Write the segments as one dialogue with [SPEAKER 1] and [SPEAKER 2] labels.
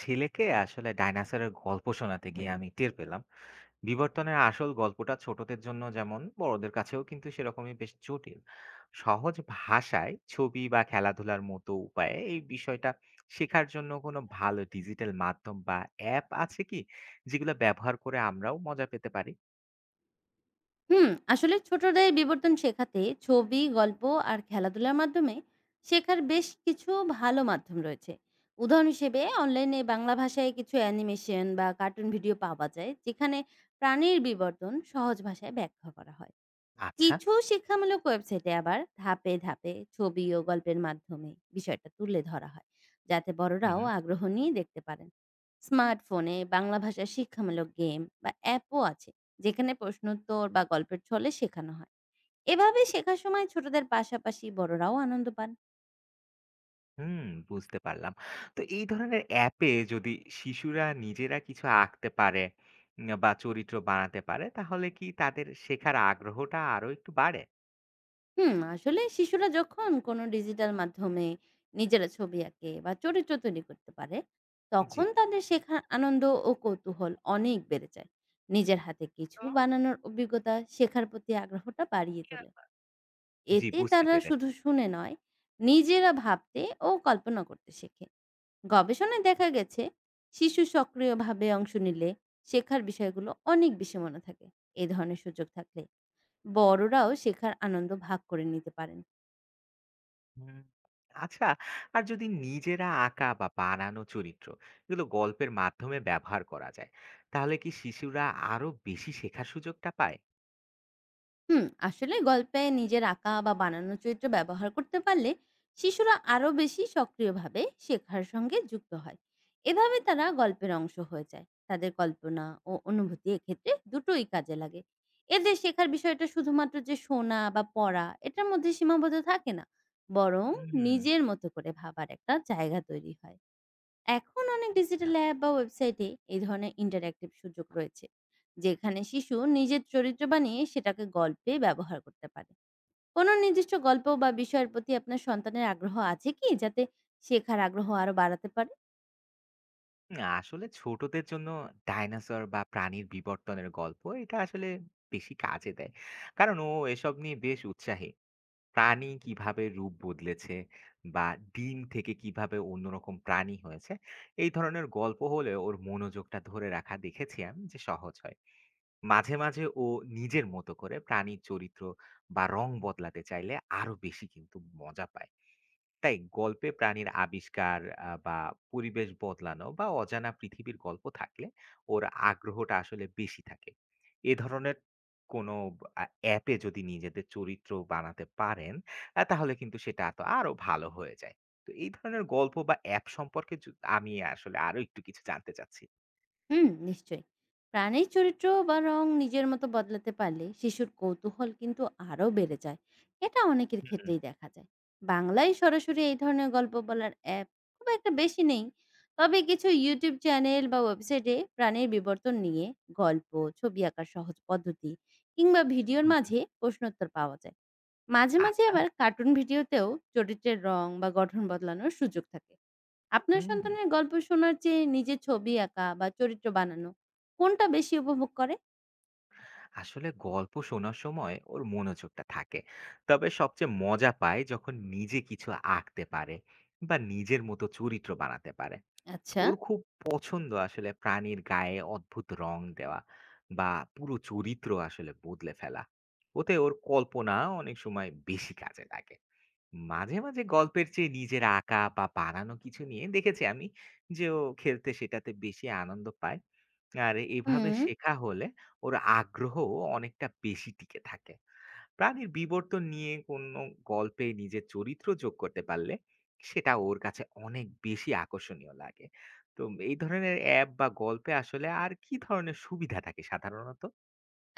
[SPEAKER 1] ছেলেকে আসলে ডাইনোসরের গল্প শোনাতে গিয়ে আমি টের পেলাম বিবর্তনের আসল গল্পটা ছোটদের জন্য যেমন বড়দের কাছেও কিন্তু সেরকমই বেশ জটিল সহজ ভাষায় ছবি বা খেলাধুলার মতো উপায়ে এই বিষয়টা শেখার জন্য কোনো ভালো ডিজিটাল মাধ্যম বা অ্যাপ আছে কি যেগুলো ব্যবহার করে আমরাও মজা পেতে পারি।
[SPEAKER 2] আসলে ছোটদের বিবর্তন শেখাতে ছবি গল্প আর খেলাধুলার মাধ্যমে শেখার বেশ কিছু ভালো মাধ্যম রয়েছে। উদাহরণ হিসেবে অনলাইনে বাংলা ভাষায় কিছু অ্যানিমেশন বা কার্টুন ভিডিও পাওয়া যায় যেখানে প্রাণীর বিবর্তন সহজ ভাষায় ব্যাখ্যা করা হয়।
[SPEAKER 1] আচ্ছা।
[SPEAKER 2] কিছু শিক্ষামূলক ওয়েবসাইটে আবার ধাপে ধাপে ছবি ও গল্পের মাধ্যমে বিষয়টা তুলে ধরা হয়, যাতে বড়রাও
[SPEAKER 1] হুম।
[SPEAKER 2] আগ্রহ নিয়ে দেখতে পারেন। স্মার্টফোনে বাংলা ভাষার শিক্ষামূলক গেম বা অ্যাপও আছে, যেখানে প্রশ্নোত্তর বা গল্পের ছলে শেখানো হয়। এভাবে শেখার সময় ছোটদের পাশাপাশি বড়রাও আনন্দ পান।
[SPEAKER 1] হুম, বুঝতে পারলাম। তো এই ধরনের অ্যাপে যদি শিশুরা নিজেরা কিছু আঁকতে পারে বা চরিত্র বানাতে পারে, তাহলে কি তাদের শেখার আগ্রহটা আরো একটু বাড়ে?
[SPEAKER 2] আসলে শিশুরা যখন কোনো ডিজিটাল মাধ্যমে নিজেরা ছবি আঁকে বা চরিত্র তৈরি করতে পারে,
[SPEAKER 1] জি।
[SPEAKER 2] তখন তাদের শেখার আনন্দ ও কৌতূহল অনেক বেড়ে যায়। নিজের হাতে কিছু
[SPEAKER 1] তো
[SPEAKER 2] বানানোর অভিজ্ঞতা শেখার প্রতি আগ্রহটা বাড়িয়ে তোলে।
[SPEAKER 1] জি,
[SPEAKER 2] এতে
[SPEAKER 1] বুঝতে
[SPEAKER 2] তারা
[SPEAKER 1] পেরেছি।
[SPEAKER 2] শুধু শুনে নয়, নিজেরা ভাবতে ও কল্পনা করতে শেখে। গবেষণায় দেখা গেছে, শিশু সক্রিয়ভাবে অংশ নিলে শেখার বিষয়গুলো অনেক বেশি মনে থাকে। এ ধরনের সুযোগ থাকলে বড়রাও শেখার আনন্দ ভাগ করে নিতে পারেন।
[SPEAKER 1] হুম। আচ্ছা, আর যদি নিজেরা আঁকা বা বানানো চরিত্র এগুলো গল্পের মাধ্যমে ব্যবহার করা যায়, তাহলে কি শিশুরা আরো বেশি শেখার সুযোগটা পায়?
[SPEAKER 2] আসলে গল্পে নিজের আঁকা বা বানানো চরিত্র ব্যবহার করতে পারলে শিশুরা আরো বেশি সক্রিয়ভাবে শেখার সঙ্গে যুক্ত হয়। এভাবে তারা গল্পের অংশ হয়ে যায়, তাদের কল্পনা ও অনুভূতি এক্ষেত্রে দুটোই কাজে লাগে। এদের শেখার বিষয়টা শুধুমাত্র যে শোনা বা পড়া এটার মধ্যে সীমাবদ্ধ থাকে না, বরং
[SPEAKER 1] হুম।
[SPEAKER 2] নিজের মতো করে ভাবার একটা জায়গা তৈরি হয়। এখন অনেক ডিজিটাল অ্যাপ বা ওয়েবসাইটে এই ধরনের ইন্টারঅ্যাক্টিভ সুযোগ রয়েছে, যেখানে শিশু নিজের চরিত্র বানিয়ে সেটাকে গল্পে ব্যবহার করতে পারে। কোনো নির্দিষ্ট গল্প বা বিষয়ের প্রতি আপনার সন্তানের আগ্রহ আছে কি, যাতে শেখার আগ্রহ আরো বাড়াতে পারে?
[SPEAKER 1] না, আসলে ছোটদের জন্য ডাইনোসর বা প্রাণীর বিবর্তনের গল্প এটা আসলে বেশি কাজে দেয়, কারণ ও এসব নিয়ে বেশ উৎসাহী। প্রাণী কিভাবে রূপ বদলেছে বা ডিম থেকে কিভাবে অন্যরকম প্রাণী হয়েছে এই ধরনের গল্প হলে ওর মনোযোগটা ধরে রাখা দেখেছি আমি যে সহজ হয়। মাঝে মাঝে ও নিজের মতো করে প্রাণীর চরিত্র বা রং বদলাতে চাইলে আরো বেশি কিন্তু মজা পায়। তাই গল্পে প্রাণীর আবিষ্কার বা পরিবেশ বদলানো বা অজানা পৃথিবীর গল্প থাকলে ওর আগ্রহটা আসলে বেশি থাকে। এ ধরনের কোনো অ্যাপে যদি নিজেদের চরিত্র বানাতে পারেন, তাহলে কিন্তু সেটা তো আরো ভালো হয়ে যায়। তো এই ধরনের গল্প বা অ্যাপ সম্পর্কে আমি আসলে আরো একটু কিছু জানতে চাচ্ছি।
[SPEAKER 2] নিশ্চয়ই। প্রাণীর চরিত্র বা রং নিজের মতো বদলাতে পারলে শিশুর কৌতূহল কিন্তু আরও বেড়ে যায়। এটা অনেকের
[SPEAKER 1] হুম
[SPEAKER 2] ক্ষেত্রেই দেখা যায়। বাংলায় সরাসরি এই ধরনের গল্প বলার অ্যাপ খুব একটা বেশি নেই। তবে কিছু YouTube চ্যানেল বা ওয়েবসাইটে প্রাণীর বিবর্তন নিয়ে গল্প, ছবি আঁকার সহজ পদ্ধতি কিংবা ভিডিওর
[SPEAKER 1] হুম, হুম,
[SPEAKER 2] মাঝে প্রশ্নোত্তর পাওয়া যায়। মাঝে মাঝে
[SPEAKER 1] আচ্ছা।
[SPEAKER 2] আবার কার্টুন ভিডিওতেও চরিত্রের রং বা গঠন বদলানোর সুযোগ থাকে। আপনার
[SPEAKER 1] হুম
[SPEAKER 2] সন্তানের গল্প শোনার চেয়ে নিজের ছবি আঁকা বা চরিত্র বানানো কোনটা বেশি উপভোগ করে?
[SPEAKER 1] আসলে গল্প শোনার সময় ওর মনোযোগটা থাকে, তবে সবচেয়ে মজা পায় যখন নিজে কিছু আঁকতে পারে বা নিজের মতো চরিত্র বানাতে পারে।
[SPEAKER 2] আচ্ছা।
[SPEAKER 1] ওর খুব পছন্দ আসলে প্রাণীর গায়ে অদ্ভুত রং দেওয়া বা পুরো চরিত্র আসলে বদলে ফেলা। ওতে ওর কল্পনা অনেক সময় বেশি কাজে লাগে। মাঝে মাঝে গল্পের চেয়ে নিজের আঁকা বা বানানো কিছু নিয়ে দেখেছি আমি যে ও খেলতে সেটাতে বেশি আনন্দ পায়। আর এভাবে
[SPEAKER 2] হুম।
[SPEAKER 1] শেখা হলে ওর আগ্রহ অনেকটা বেশি টিকে থাকে। প্রাণীর বিবর্তন নিয়ে কোনো গল্পে নিজের চরিত্র যোগ করতে পারলে সেটা ওর কাছে অনেক বেশি আকর্ষণীয় লাগে। তো এই ধরনের অ্যাপ বা গল্পে আসলে আর কি ধরনের সুবিধা থাকে সাধারণত?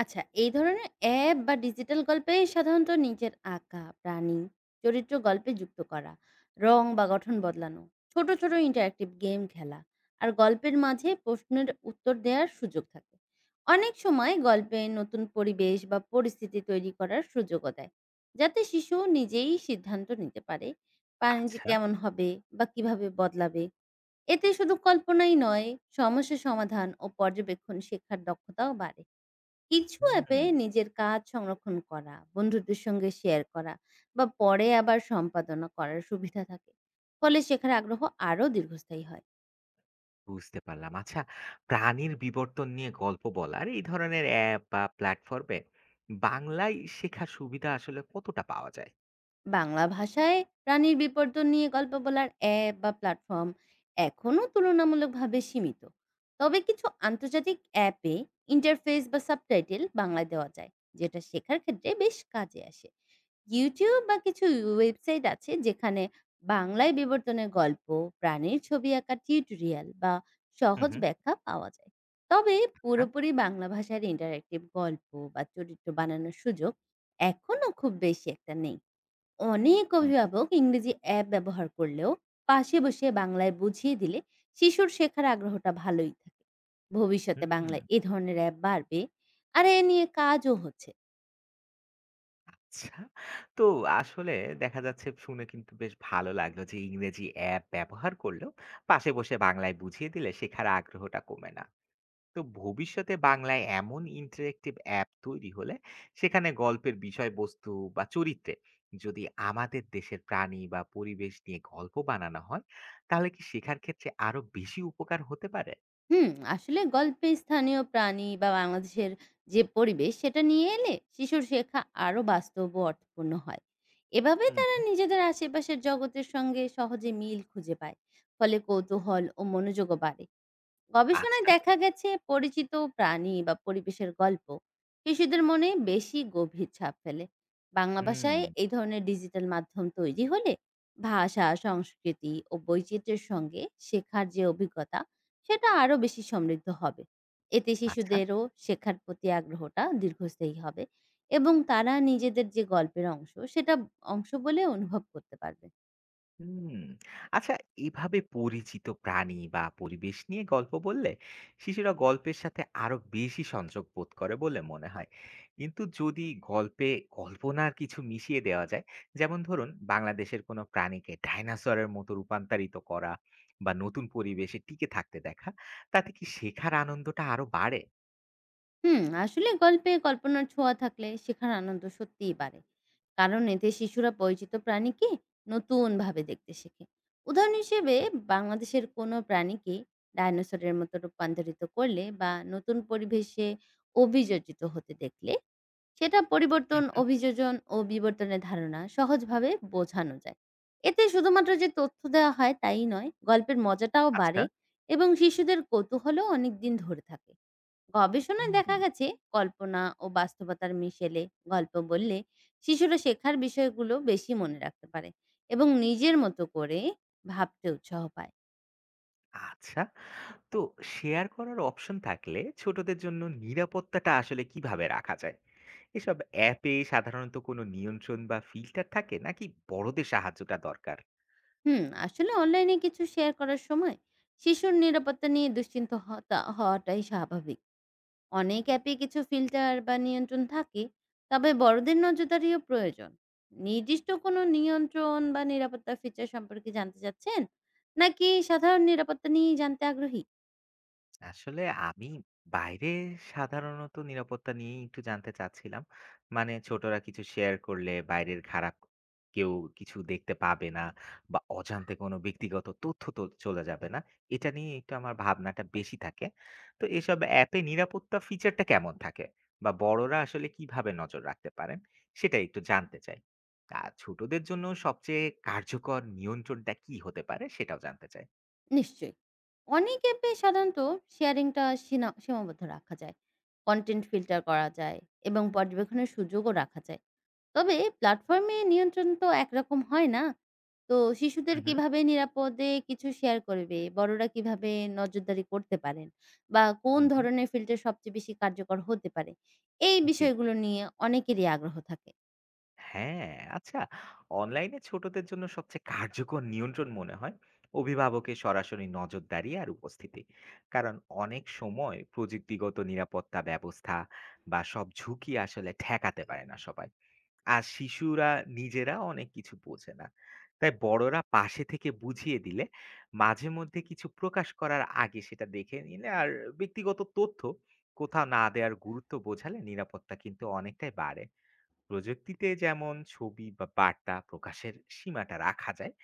[SPEAKER 2] আচ্ছা, এই ধরনের অ্যাপ বা ডিজিটাল গল্পে সাধারণত নিজের আঁকা, প্রাণী, চরিত্র গল্পে যুক্ত করা, রং বা গঠন বদলানো, ছোট ছোট ইন্টারেক্টিভ গেম খেলা আর গল্পের মাঝে প্রশ্নের উত্তর দেওয়ার সুযোগ থাকে। অনেক সময় গল্পে নতুন পরিবেশ বা পরিস্থিতি তৈরি করার সুযোগও দেয়, যাতে শিশু নিজেই সিদ্ধান্ত নিতে পারে প্রাণীটি
[SPEAKER 1] আচ্ছা।
[SPEAKER 2] কেমন হবে বা কিভাবে বদলাবে। এতে শুধু কল্পনাই নয়, সমস্যা সমাধান ও পর্যবেক্ষণ শেখার দক্ষতাও বাড়ে। কিছু
[SPEAKER 1] হুম।
[SPEAKER 2] অ্যাপে নিজের কাজ সংরক্ষণ করা, বন্ধুদের সঙ্গে শেয়ার করা বা পরে আবার সম্পাদনা করার সুবিধা থাকে। ফলে শেখার আগ্রহ আরও দীর্ঘস্থায়ী হয়।
[SPEAKER 1] বুঝতে পারলাম, আচ্ছা। প্রাণীর বিবর্তন নিয়ে গল্প বলার এই ধরনের অ্যাপ বা প্ল্যাটফর্মে বাংলায় শেখার সুবিধা আসলে কতটা পাওয়া যায়?
[SPEAKER 2] বাংলা ভাষায় প্রাণীর বিবর্তন নিয়ে গল্প বলার অ্যাপ বা প্ল্যাটফর্ম এখনও তুলনামূলকভাবে সীমিত। তবে কিছু আন্তর্জাতিক অ্যাপে ইন্টারফেস বা সাবটাইটেল বাংলায় দেওয়া যায়, যেটা শেখার ক্ষেত্রে বেশ কাজে আসে। ইউটিউব বা কিছু ওয়েবসাইট আছে যেখানে বাংলায় বিবর্তনের গল্প, প্রাণীর ছবি আঁকা টিউটোরিয়াল বা
[SPEAKER 1] হুম
[SPEAKER 2] সহজ
[SPEAKER 1] হুম।
[SPEAKER 2] ব্যাখ্যা পাওয়া যায়। তবে
[SPEAKER 1] হ্যাঁ।
[SPEAKER 2] পুরোপুরি বাংলা ভাষার ইন্টারেক্টিভ গল্প বা চরিত্র বানানোর সুযোগ এখনও খুব বেশি একটা নেই। অনেক
[SPEAKER 1] হুম।
[SPEAKER 2] অভিভাবক ইংরেজি অ্যাপ ব্যবহার করলেও পাশে বসে বাংলায় বুঝিয়ে দিলে শিশুর শেখার আগ্রহটা ভালোই থাকে। ভবিষ্যতে
[SPEAKER 1] হুম।
[SPEAKER 2] বাংলায় এ ধরনের অ্যাপ বাড়বে আর এ নিয়ে কাজও হচ্ছে।
[SPEAKER 1] আচ্ছা। তো আসলে দেখা যাচ্ছে, শুনে কিন্তু বেশ ভালো লাগলো যে ইংরেজি অ্যাপ ব্যবহার করলেও পাশে বসে বাংলায় বুঝিয়ে দিলে শেখার আগ্রহটা কমে না। তো ভবিষ্যতে বাংলায় এমন ইন্টারেক্টিভ অ্যাপ তৈরি হলে সেখানে গল্পের বিষয়বস্তু বা চরিত্রে যদি আমাদের দেশের প্রাণী বা পরিবেশ নিয়ে গল্প বানানো হয়, তাহলে কি শেখার ক্ষেত্রে আরো বেশি উপকার হতে পারে?
[SPEAKER 2] হুম আসলে গল্পে স্থানীয় প্রাণী বা বাংলাদেশের যে পরিবেশ সেটা নিয়ে এলে শিশুর শেখা আরো বাস্তব ও অর্থপূর্ণ হয়। এভাবে তারা
[SPEAKER 1] হুম।
[SPEAKER 2] নিজেদের আশেপাশের জগতের সঙ্গে সহজে মিল খুঁজে পায়। ফলে কৌতূহল ও মনোযোগও বাড়ে। গবেষণায়
[SPEAKER 1] আচ্ছা।
[SPEAKER 2] দেখা গেছে, পরিচিত প্রাণী বা পরিবেশের গল্প শিশুদের মনে বেশি গভীর ছাপ ফেলে। বাংলা ভাষায়
[SPEAKER 1] হুম,
[SPEAKER 2] এই ধরনের ডিজিটাল মাধ্যম তৈরি হলে ভাষা, সংস্কৃতি ও বৈচিত্র্যের সঙ্গে শেখার যে অভিজ্ঞতা সেটা আরো বেশি সমৃদ্ধ হবে। এতে
[SPEAKER 1] আচ্ছা।
[SPEAKER 2] শিশুদেরও শেখার প্রতি আগ্রহটা দীর্ঘস্থায়ী হবে, এবং তারা নিজেদের যে গল্পের অংশ সেটা অংশ বলে অনুভব করতে পারবে।
[SPEAKER 1] হুম। আচ্ছা, এভাবে পরিচিত প্রাণী বা পরিবেশ নিয়ে গল্প বললে শিশুরা গল্পের সাথে আরো বেশি সংযোগ বোধ করে বলে মনে হয়। কিন্তু যদি গল্পে কল্পনার কিছু মিশিয়ে দেওয়া যায়, যেমন ধরুন বাংলাদেশের কোনো প্রাণীকে ডাইনোসরের মতো রূপান্তরিত করা বা নতুন পরিবেশে টিকে থাকতে দেখা, তাতে কি শেখার আনন্দটা আরো বাড়ে?
[SPEAKER 2] আসলে গল্পে কল্পনার ছোঁয়া থাকলে শেখার আনন্দ সত্যিই বাড়ে, কারণ এতে শিশুরা পরিচিত প্রাণীকে নতুন ভাবে দেখতে শেখে। উদাহরণ হিসেবে বাংলাদেশের কোনো প্রাণীকে ডাইনোসরের মতো রূপান্তরিত করলে বা নতুন পরিবেশে অভিযোজিত হতে দেখলে সেটা পরিবর্তন,
[SPEAKER 1] হুম, হুম,
[SPEAKER 2] অভিযোজন ও বিবর্তনের ধারণা সহজভাবে বোঝানো যায়। এতে শুধুমাত্র যে তথ্য দেওয়া হয় তাই নয়, গল্পের মজাটাও
[SPEAKER 1] আচ্ছা।
[SPEAKER 2] বাড়ে এবং শিশুদের কৌতূহলও অনেক দিন ধরে থাকে। গবেষণায় দেখা
[SPEAKER 1] হুম।
[SPEAKER 2] গেছে, কল্পনা ও বাস্তবতার মিশেলে গল্প বললে শিশুরা শেখার বিষয়গুলো বেশি মনে রাখতে পারে এবং নিজের মতো করে ভাবতে উৎসাহ পায়।
[SPEAKER 1] আচ্ছা, তো শেয়ার করার অপশন থাকলে ছোটদের জন্য নিরাপত্তাটা আসলে কিভাবে রাখা যায়? এসব অ্যাপে সাধারণত কোনো নিয়ন্ত্রণ বা ফিল্টার থাকে নাকি বড়দের সাহায্যটা দরকার?
[SPEAKER 2] আসলে অনলাইনে কিছু শেয়ার করার সময় শিশুর নিরাপত্তা নিয়ে হওয়াটাই স্বাভাবিক। অনেক অ্যাপে কিছু ফিল্টার বা নিয়ন্ত্রণ থাকে, তবে বড়দের নজরদারিও প্রয়োজন। নির্দিষ্ট কোনো নিয়ন্ত্রণ বা নিরাপত্তা ফিচার সম্পর্কে জানতে চাচ্ছেন, নাকি সাধারণ নিরাপত্তা নিয়ে জানতে আগ্রহী?
[SPEAKER 1] আসলে আমি বাইরে সাধারণত নিরাপত্তা নিয়েই একটু জানতে চাচ্ছিলাম। মানে ছোটরা কিছু শেয়ার করলে বাইরের খারাপ কেউ কিছু দেখতে পাবে না বা অজান্তে কোনো ব্যক্তিগত তথ্য তো চলে যাবে না। এটা নিয়ে একটু আমার ভাবনাটা বেশি থাকে। তো এসব অ্যাপে নিরাপত্তা ফিচারটা কেমন থাকে? বা বড়রা আসলে কিভাবে নজর রাখতে পারেন? সেটা একটু জানতে চাই। আর ছোটদের জন্য সবচেয়ে কার্যকর নিয়ন্ত্রণটা কি হতে পারে? সেটাও জানতে চাই।
[SPEAKER 2] নিশ্চয়ই। অনেক অ্যাপে সাধারণত শেয়ারিংটা সীমাবদ্ধ রাখা যায়। কনটেন্ট ফিল্টার করা যায় এবং পর্যবেক্ষণের সুযোগও রাখা যায়। তবে প্ল্যাটফর্মে নিয়ন্ত্রণ তো একরকম হয় না। তো শিশুদের
[SPEAKER 1] হুম, হুম,
[SPEAKER 2] কিভাবে নিরাপদে কিছু শেয়ার করবে, বড়রা কিভাবে নজরদারি করতে পারেন বা কোন
[SPEAKER 1] হুম, হুম।
[SPEAKER 2] ধরনের ফিল্টার সবচেয়ে বেশি কার্যকর হতে পারে, এই
[SPEAKER 1] জি।
[SPEAKER 2] বিষয়গুলো নিয়ে অনেকেরই আগ্রহ থাকে।
[SPEAKER 1] হ্যাঁ, আচ্ছা, অনলাইনে ছোটদের জন্য সবচেয়ে কার্যকর নিয়ন্ত্রণ মনে হয় অভিভাবকের সরাসরি নজরদারি আর উপস্থিতি। কারণ অনেক সময় প্রযুক্তিগত নিরাপত্তা ব্যবস্থা বা সব ঝুঁকি আসলে ঠেকাতে পারে না সবাই। আর শিশুরা নিজেরা অনেক কিছু বোঝে না, তাই বড়রা পাশে থেকে বুঝিয়ে দিলে, মাঝে মধ্যে কিছু প্রকাশ করার আগে সেটা দেখে নিলে আর ব্যক্তিগত তথ্য কোথাও না দেওয়ার গুরুত্ব বোঝালে নিরাপত্তা কিন্তু অনেকটাই বাড়ে। প্রযুক্তিতে যেমন ছবি বা বার্তা প্রকাশের সীমাটা রাখা যায়,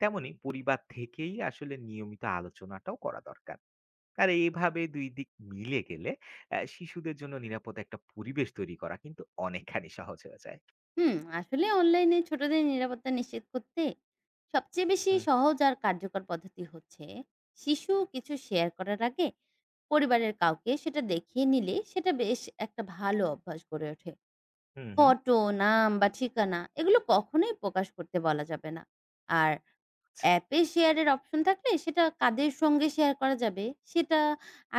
[SPEAKER 1] তেমনি পরিবার থেকেই আসলে নিয়মিত আলোচনাটাও করা দরকার। আর এইভাবে দুই দিক মিলে গেলে শিশুদের জন্য নিরাপদ একটা পরিবেশ তৈরি করা কিন্তু অনেকখানি সহজ হয়ে যায়।
[SPEAKER 2] আসলে অনলাইনে ছোটদের নিরাপত্তা নিশ্চিত করতে সবচেয়ে বেশি
[SPEAKER 1] হুম
[SPEAKER 2] সহজ আর কার্যকর পদ্ধতি হচ্ছে শিশু কিছু শেয়ার করার আগে পরিবারের কাউকে সেটা দেখিয়ে নিলে সেটা বেশ একটা ভালো অভ্যাস গড়ে ওঠে।
[SPEAKER 1] হুম। হুম।
[SPEAKER 2] ফটো, নাম বা ঠিকানা এগুলো কখনোই প্রকাশ করতে বলা যাবে না। আর অ্যাপে শেয়ারের অপশন থাকলে সেটা কাদের সঙ্গে শেয়ার করা যাবে সেটা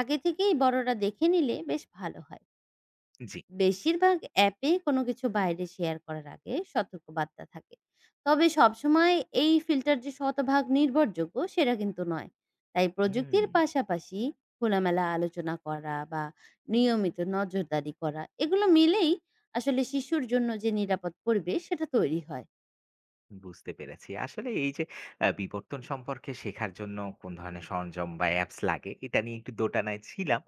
[SPEAKER 2] আগে থেকেই বড়রা দেখে নিলে বেশ ভালো হয়।
[SPEAKER 1] জি।
[SPEAKER 2] বেশিরভাগ অ্যাপে কোনো কিছু বাইরে শেয়ার করার আগে সতর্কবার্তা থাকে, তবে সবসময় এই ফিল্টার যে শতভাগ নির্ভরযোগ্য সেটা কিন্তু নয়। তাই
[SPEAKER 1] হুম।
[SPEAKER 2] প্রযুক্তির পাশাপাশি খোলামেলা আলোচনা করা বা নিয়মিত নজরদারি করা এগুলো মিলেই আসলে শিশুর জন্য যে নিরাপদ পরিবেশ সেটা তৈরি হয়।
[SPEAKER 1] বুঝতে পেরেছি। আসলে এই যে বিবর্তন সম্পর্কে শেখার জন্য কোন ধরনের সরঞ্জাম বা অ্যাপস লাগে এটা নিয়ে একটু দোটানায় ছিলাম।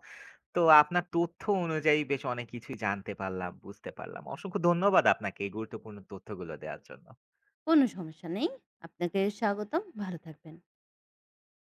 [SPEAKER 1] তো আপনার তথ্য অনুযায়ী বেশ অনেক কিছুই জানতে পারলাম, বুঝতে পারলাম। অসংখ্য ধন্যবাদ আপনাকে এই গুরুত্বপূর্ণ তথ্যগুলো দেওয়ার জন্য।
[SPEAKER 2] কোনো সমস্যা নেই। আপনাকে স্বাগতম, ভালো থাকবেন।